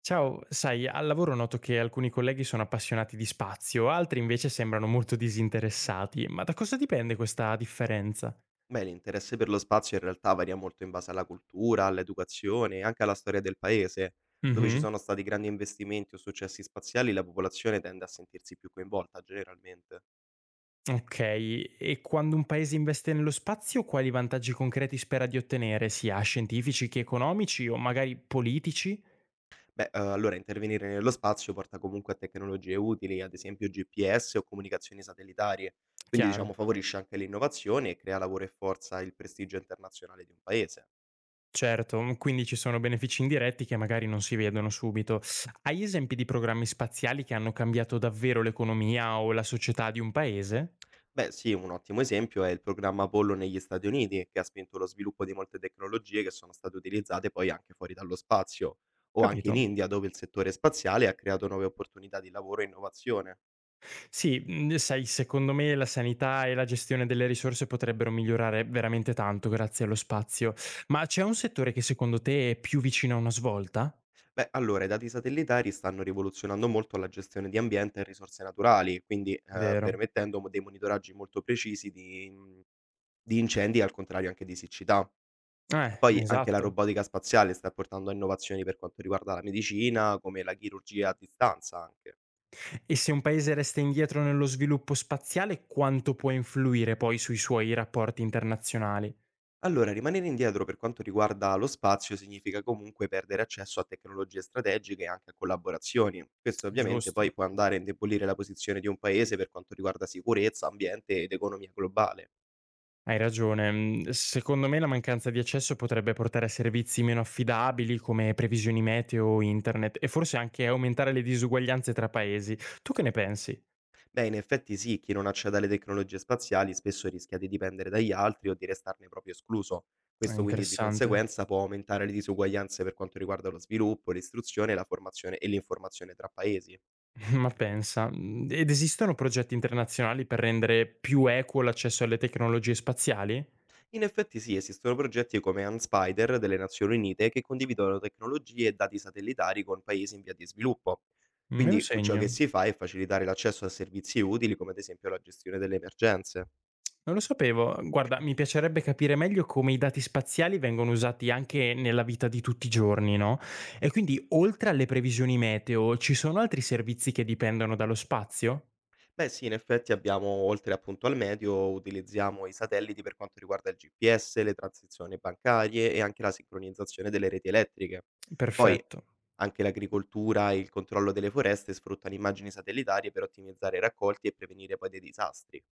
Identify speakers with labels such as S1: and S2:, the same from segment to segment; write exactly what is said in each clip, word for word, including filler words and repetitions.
S1: Ciao, sai, al lavoro noto che alcuni colleghi sono appassionati di spazio, altri invece sembrano molto disinteressati. Ma da cosa dipende questa differenza?
S2: Beh, l'interesse per lo spazio in realtà varia molto in base alla cultura, all'educazione e anche alla storia del paese. Dove ci
S1: Mhm.
S2: sono stati grandi investimenti o successi spaziali, la popolazione tende a sentirsi più coinvolta generalmente.
S1: Ok, e quando un paese investe nello spazio, quali vantaggi concreti spera di ottenere, sia scientifici che economici o magari politici?
S2: Beh, eh, allora intervenire nello spazio porta comunque a tecnologie utili, ad esempio G P S o comunicazioni satellitari, quindi
S1: Chiaro.
S2: diciamo favorisce anche l'innovazione e crea lavoro e forza e il prestigio internazionale di un paese.
S1: Certo, mm, quindi ci sono benefici indiretti che magari non si vedono subito. Hai esempi di programmi spaziali che hanno cambiato davvero l'economia o la società di un paese?
S2: Beh sì, un ottimo esempio è il programma Apollo negli Stati Uniti, che ha spinto lo sviluppo di molte tecnologie che sono state utilizzate poi anche fuori dallo spazio, o anche in
S1: Capito?
S2: India, dove il settore spaziale ha creato nuove opportunità di lavoro e innovazione.
S1: Sì, mhmm, sai, secondo me la sanità e la gestione delle risorse potrebbero migliorare veramente tanto grazie allo spazio. Ma c'è un settore che secondo te è più vicino a una svolta?
S2: Beh, allora, i dati satellitari stanno rivoluzionando molto la gestione di ambiente e risorse naturali, quindi eh,
S1: Vero.
S2: permettendo mo- dei monitoraggi molto precisi di, di incendi e al contrario anche di siccità.
S1: Eh,
S2: Poi anche la
S1: esatto.
S2: robotica spaziale sta portando a innovazioni per quanto riguarda la medicina, come la chirurgia a distanza anche.
S1: E se un paese resta indietro nello sviluppo spaziale, quanto può influire poi sui suoi rapporti internazionali?
S2: Allora, rimanere indietro per quanto riguarda lo spazio significa comunque perdere accesso a tecnologie strategiche e anche a collaborazioni. Questo ovviamente
S1: Giusto.
S2: poi può andare a indebolire la posizione di un paese per quanto riguarda sicurezza, ambiente ed economia globale.
S1: Hai ragione. Mhmm, secondo me la mancanza di accesso potrebbe portare a servizi meno affidabili come previsioni meteo o internet e forse anche aumentare le disuguaglianze tra paesi. Tu che ne pensi?
S2: Beh, in effetti sì, chi non accede alle tecnologie spaziali spesso rischia di dipendere dagli altri o di restarne proprio escluso.
S1: È
S2: Questo quindi di
S1: interessante.
S2: conseguenza può aumentare le disuguaglianze per quanto riguarda lo sviluppo, l'istruzione, la formazione e l'informazione tra paesi.
S1: Ma pensa. Mhmm, ed esistono progetti internazionali per rendere più equo l'accesso alle tecnologie spaziali?
S2: In effetti sì, esistono progetti come Unspider delle Nazioni Unite che condividono tecnologie e dati satellitari con paesi in via di sviluppo.
S1: Me lo
S2: Quindi cu- ciò
S1: segno.
S2: che si fa è facilitare l'accesso a servizi utili come ad esempio la gestione delle emergenze.
S1: Non lo sapevo. Guarda, mi piacerebbe capire meglio come i dati spaziali vengono usati anche nella vita di tutti i giorni, no? E quindi, oltre alle previsioni meteo, ci sono altri servizi che dipendono dallo spazio?
S2: Beh sì, in effetti abbiamo, oltre appunto al medio, utilizziamo i satelliti per quanto riguarda il G P S, le transizioni bancarie e anche la sincronizzazione delle reti elettriche. Poi
S1: Perfetto.
S2: anche l'agricoltura e il controllo delle foreste sfruttano immagini satellitari per ottimizzare i raccolti e prevenire poi dei disastri.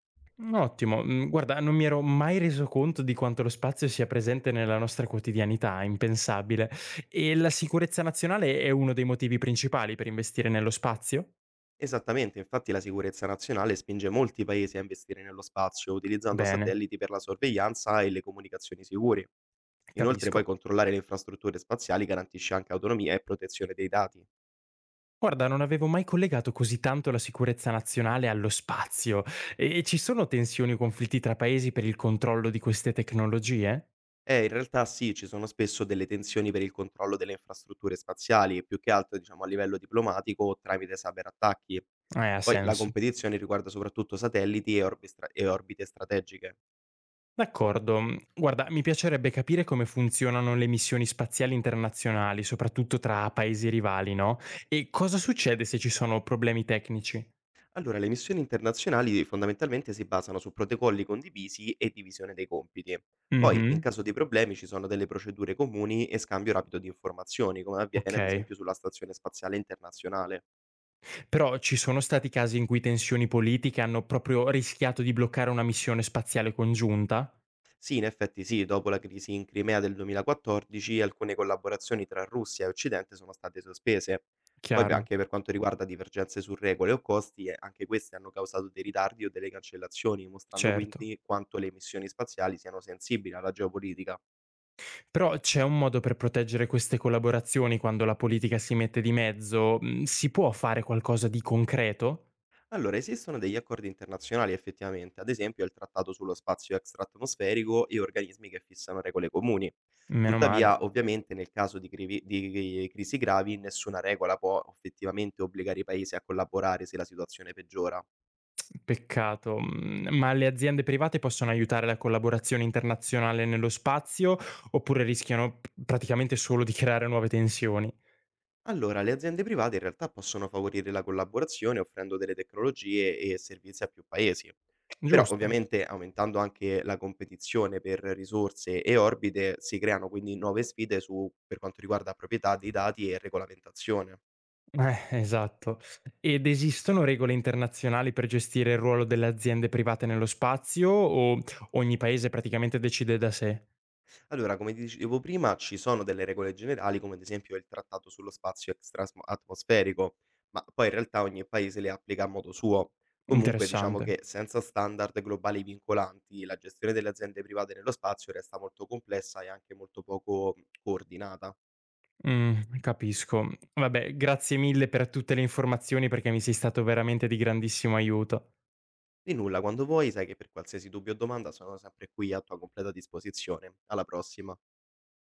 S1: Ottimo. Mm, guarda, non mi ero mai reso conto di quanto lo spazio sia presente nella nostra quotidianità, impensabile. E la sicurezza nazionale è uno dei motivi principali per investire nello spazio?
S2: Esattamente, infatti la sicurezza nazionale spinge molti paesi a investire nello spazio, utilizzando
S1: Bene,
S2: satelliti per la sorveglianza e le comunicazioni sicure. Inoltre poi
S1: capisco.
S2: controllare le infrastrutture spaziali garantisce anche autonomia e protezione dei dati.
S1: Guarda, non avevo mai collegato così tanto la sicurezza nazionale allo spazio. E ci sono tensioni o conflitti tra paesi per il controllo di queste tecnologie?
S2: Eh, in realtà sì, ci sono spesso delle tensioni per il controllo delle infrastrutture spaziali, più che altro diciamo a livello diplomatico o tramite cyberattacchi.
S1: Eh, ha
S2: Poi la
S1: senso.
S2: competizione riguarda soprattutto satelliti e orbi stra- e orbite strategiche.
S1: D'accordo. Guarda, mi piacerebbe capire come funzionano le missioni spaziali internazionali, soprattutto tra paesi rivali, no? E cosa succede se ci sono problemi tecnici?
S2: Allora, le missioni internazionali fondamentalmente si basano su protocolli condivisi e divisione dei compiti. Poi, in
S1: Mhm.
S2: caso di problemi, ci sono delle procedure comuni e scambio rapido di informazioni, come avviene ad
S1: Ok.
S2: esempio sulla Stazione Spaziale Internazionale.
S1: Però ci sono stati casi in cui tensioni politiche hanno proprio rischiato di bloccare una missione spaziale congiunta?
S2: Sì, in effetti sì, dopo la crisi in Crimea del duemilaquattordici, alcune collaborazioni tra Russia e Occidente sono state sospese. Poi, beh,
S1: Chiaro,
S2: anche per quanto riguarda divergenze su regole o costi, eh, anche queste hanno causato dei ritardi o delle cancellazioni, mostrando
S1: certo.
S2: quindi quanto le missioni spaziali siano sensibili alla geopolitica.
S1: Però c'è un modo per proteggere queste collaborazioni quando la politica si mette di mezzo? Mhmm, si può fare qualcosa di concreto?
S2: Allora, esistono degli accordi internazionali effettivamente, ad esempio il Trattato sullo spazio extraatmosferico e organismi che fissano regole comuni.
S1: Meno male,
S2: Tuttavia, ovviamente, nel caso di, crivi- di crisi gravi, nessuna regola può effettivamente obbligare i paesi a collaborare se la situazione peggiora.
S1: peccato. Mhmm, ma le aziende private possono aiutare la collaborazione internazionale nello spazio oppure rischiano p praticamente solo di creare nuove tensioni?
S2: Allora, le aziende private in realtà possono favorire la collaborazione offrendo delle tecnologie e servizi a più paesi, però
S1: Giusto?
S2: ovviamente aumentando anche la competizione per risorse e orbite si creano quindi nuove sfide su, per quanto riguarda proprietà dei dati e regolamentazione.
S1: Eh, esatto. Ed esistono regole internazionali per gestire il ruolo delle aziende private nello spazio o ogni paese praticamente decide da sé?
S2: Allora, come ti dicevo prima, ci sono delle regole generali, come ad esempio il trattato sullo spazio extrasm atmosferico, ma poi in realtà ogni paese le applica a modo suo. Comunque, diciamo
S1: Interessante.
S2: che senza standard globali vincolanti, la gestione delle aziende private nello spazio resta molto complessa e anche molto poco mh, coordinata.
S1: Mh, capisco. Vabbè, grazie mille per tutte le informazioni perché mi sei stato veramente di grandissimo aiuto.
S2: Di nulla, quando vuoi, sai che per qualsiasi dubbio o domanda sono sempre qui a tua completa disposizione. Alla prossima.